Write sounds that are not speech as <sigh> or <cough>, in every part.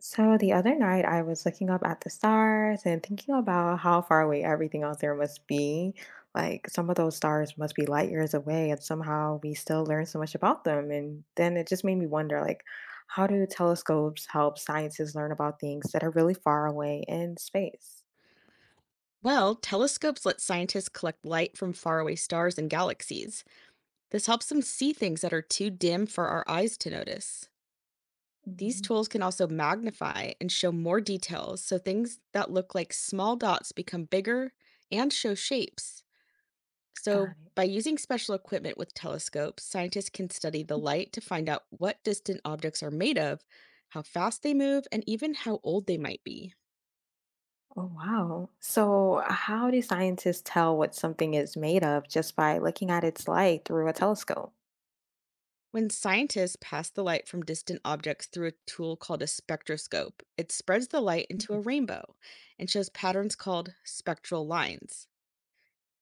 So the other night, I was looking up at the stars and thinking about how far away everything out there must be. Like some of those stars must be light years away, and somehow we still learn so much about them. And then it just made me wonder, how do telescopes help scientists learn about things that are really far away in space? Well, telescopes let scientists collect light from faraway stars and galaxies. This helps them see things that are too dim for our eyes to notice. These Mm, tools can also magnify and show more details, so things that look like small dots become bigger and show shapes. got So, it. by using special equipment with telescopes, scientists can study the light to find out what distant objects are made of, how fast they move, and even how old they might be. Oh, wow. So how do scientists tell what something is made of just by looking at its light through a telescope? When scientists pass the light from distant objects through a tool called a spectroscope, it spreads the light into Mhm. a rainbow and shows patterns called spectral lines.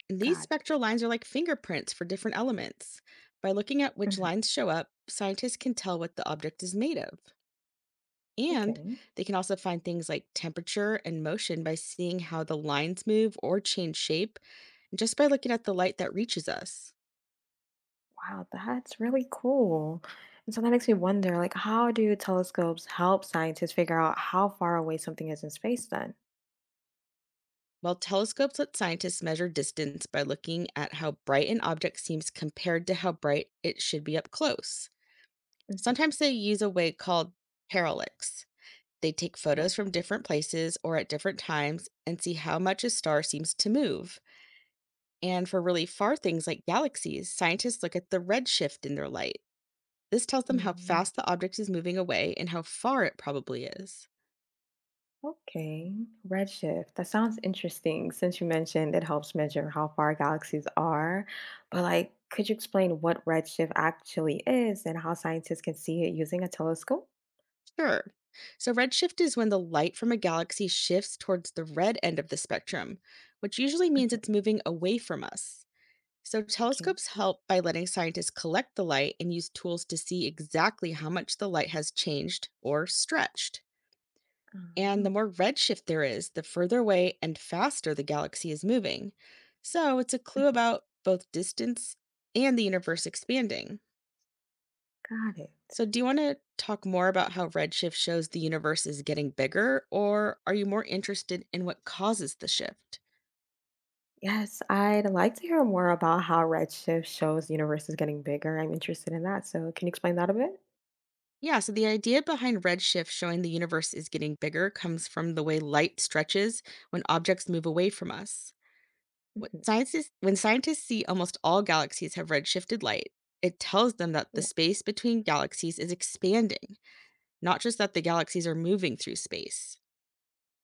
And these Got it. spectral lines are like fingerprints for different elements. By looking at which Mhm. lines show up, scientists can tell what the object is made of. And Okay. they can also find things like temperature and motion by seeing how the lines move or change shape, just by looking at the light that reaches us. Wow, that's really cool. And so that makes me wonder, how do telescopes help scientists figure out how far away something is in space then? While telescopes let scientists measure distance by looking at how bright an object seems compared to how bright it should be up close. Mhm. Sometimes they use a way called parallax. They take Right. photos from different places or at different times and see how much a star seems to move. And for really far things like galaxies, scientists look at the redshift in their light. This tells them how Mm. fast the object is moving away and how far it probably is. Okay, redshift. That sounds interesting since you mentioned it helps measure how far galaxies are. Could you explain what redshift actually is and how scientists can see it using a telescope? Sure. So redshift is when the light from a galaxy shifts towards the red end of the spectrum, which usually means Mhm. it's moving away from us. So Okay. telescopes help by letting scientists collect the light and use tools to see exactly how much the light has changed or stretched. And the Ah. more redshift there is, the further away and faster the galaxy is moving. So it's a clue Mhm. about both distance and the universe expanding. Got it. So, do you want to talk more about how redshift shows the universe is getting bigger, or are you more interested in what causes the shift? Yes, I'd like to hear more about how redshift shows the universe is getting bigger. I'm interested in that. So, can you explain that a bit? Yeah, so the idea behind redshift showing the universe is getting bigger comes from the way light stretches when objects move away from us. What Hmm. scientists, when scientists see almost all galaxies have redshifted light, it tells them that the Yeah. space between galaxies is expanding, not just that the galaxies are moving through space.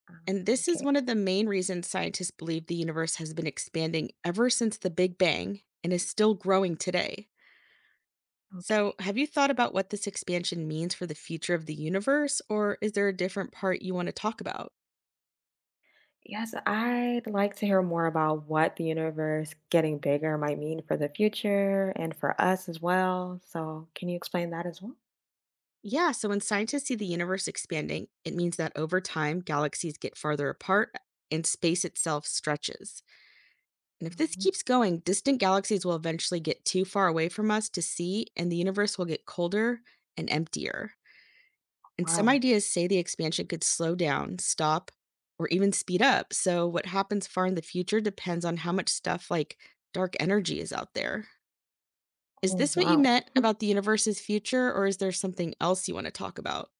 Ah. And this is Okay. one of the main reasons scientists believe the universe has been expanding ever since the Big Bang and is still growing today. So, Okay. have you thought about what this expansion means for the future of the universe, or is there a different part you want to talk about? Yes, I'd like to hear more about what the universe getting bigger might mean for the future and for us as well. So, can you explain that as well? Yeah, so when scientists see the universe expanding, it means that over time, galaxies get farther apart and space itself stretches. And if this Mhm. keeps going, distant galaxies will eventually get too far away from us to see, and the universe will get colder and emptier. And some Wow. ideas say the expansion could slow down, stop, or even speed up. So, what happens far in the future depends on how much stuff like dark energy is out there. Is Oh, this what you wow. meant about the universe's future, or is there something else you want to talk about?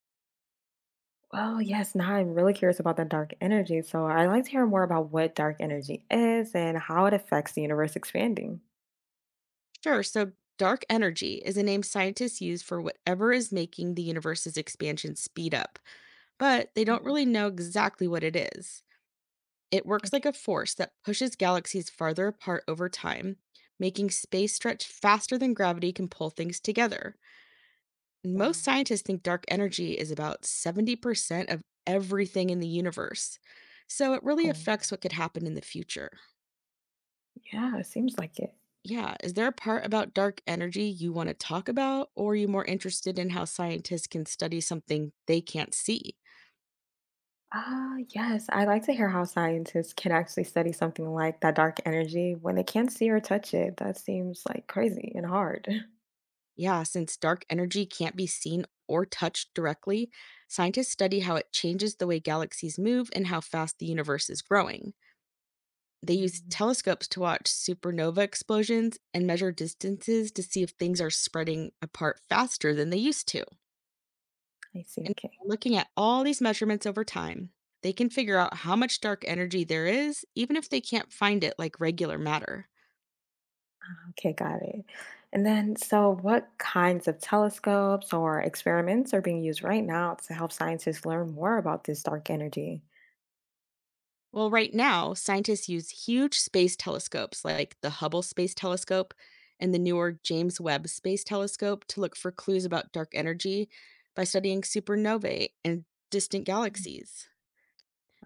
Well, yes, now I'm really curious about the dark energy. So, I'd like to hear more about what dark energy is and how it affects the universe expanding. Sure. So, dark energy is a name scientists use for whatever is making the universe's expansion speed up, but they don't Mhm. really know exactly what it is. It works like Okay. a force that pushes galaxies farther apart over time, making space stretch faster than gravity can pull things together. And most Wow. scientists think dark energy is about 70% of everything in the universe, so it really Oh, affects what could happen in the future. yeah, it seems like it. Yeah, is there a part about dark energy you want to talk about, or are you more interested in how scientists can study something they can't see? Ah, yes, I like to hear how scientists can actually study something like that dark energy when they can't see or touch it. That seems like crazy and hard. <laughs> Yeah, since dark energy can't be seen or touched directly, scientists study how it changes the way galaxies move and how fast the universe is growing. They use Mm. telescopes to watch supernova explosions and measure distances to see if things are spreading apart faster than they used to. I see. And Okay. looking at all these measurements over time, they can figure out how much dark energy there is, even if they can't find it like regular matter. Okay, got it. And then, so what kinds of telescopes or experiments are being used right now to help scientists learn more about this dark energy? Well, right now, scientists use huge space telescopes like the Hubble Space Telescope and the newer James Webb Space Telescope to look for clues about dark energy by studying supernovae and distant Mm. galaxies.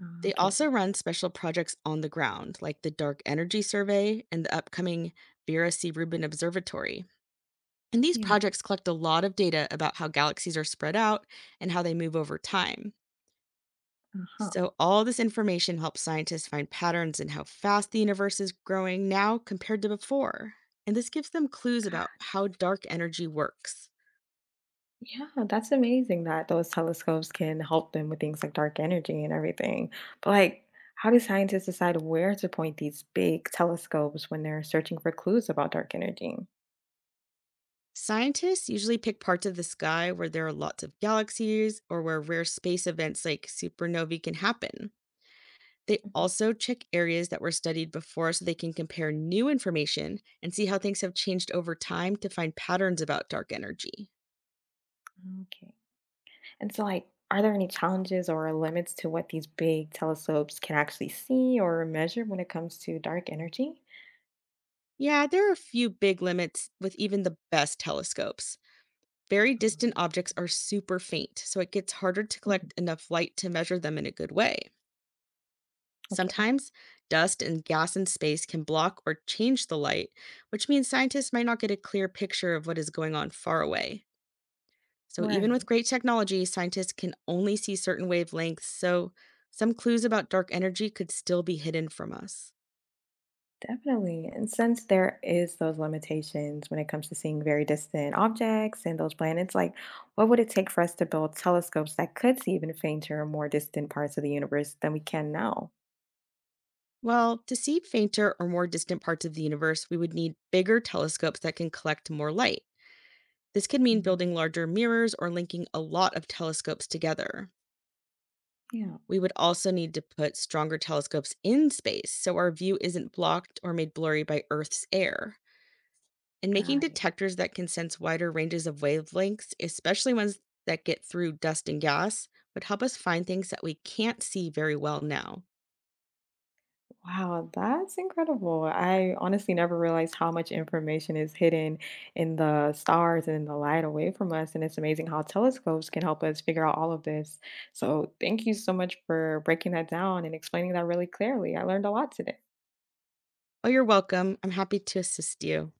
They Okay. also run special projects on the ground, like the Dark Energy Survey and the upcoming Vera C. Rubin Observatory. And these Yeah. projects collect a lot of data about how galaxies are spread out and how they move over time. Uh huh. So, all this information helps scientists find patterns in how fast the universe is growing now compared to before. And this gives them clues about how dark energy works. Yeah, that's amazing that those telescopes can help them with things like dark energy and everything. But like, how do scientists decide where to point these big telescopes when they're searching for clues about dark energy? Scientists usually pick parts of the sky where there are lots of galaxies or where rare space events like supernovae can happen. They also check areas that were studied before, so they can compare new information and see how things have changed over time to find patterns about dark energy. Mhm. Okay. Are there any challenges or limits to what these big telescopes can actually see or measure when it comes to dark energy? Yeah, there are a few big limits with even the best telescopes. Very distant Mhm. objects are super faint, so it gets harder to Mhm. collect enough light to measure them in a good way. Okay. Sometimes dust and gas in space can block or change the light, which means scientists might not get a clear picture of what is going on far away. So, even with Right. great technology, scientists can only see certain wavelengths, so some clues about dark energy could still be hidden from us. Definitely. And since there is those limitations when it comes to seeing very distant objects and those planets, what would it take for us to build telescopes that could see even fainter or more distant parts of the universe than we can now? Well, to see fainter or more distant parts of the universe, we would need bigger telescopes that can collect more light. This could mean building Mm. larger mirrors or linking a lot of telescopes together. Yeah, We would also need to put stronger telescopes in space so our view isn't blocked or made blurry by Earth's air. And making got it. detectors that can sense wider ranges of wavelengths, especially ones that get through dust and gas, would help us find things that we can't see very well now. Wow, that's incredible. I honestly never realized how much information is hidden in the stars and in the light away from us. And it's amazing how telescopes can help us figure out all of this. So, thank you so much for breaking that down and explaining that really clearly. I learned a lot today. Oh, you're welcome. I'm happy to assist you.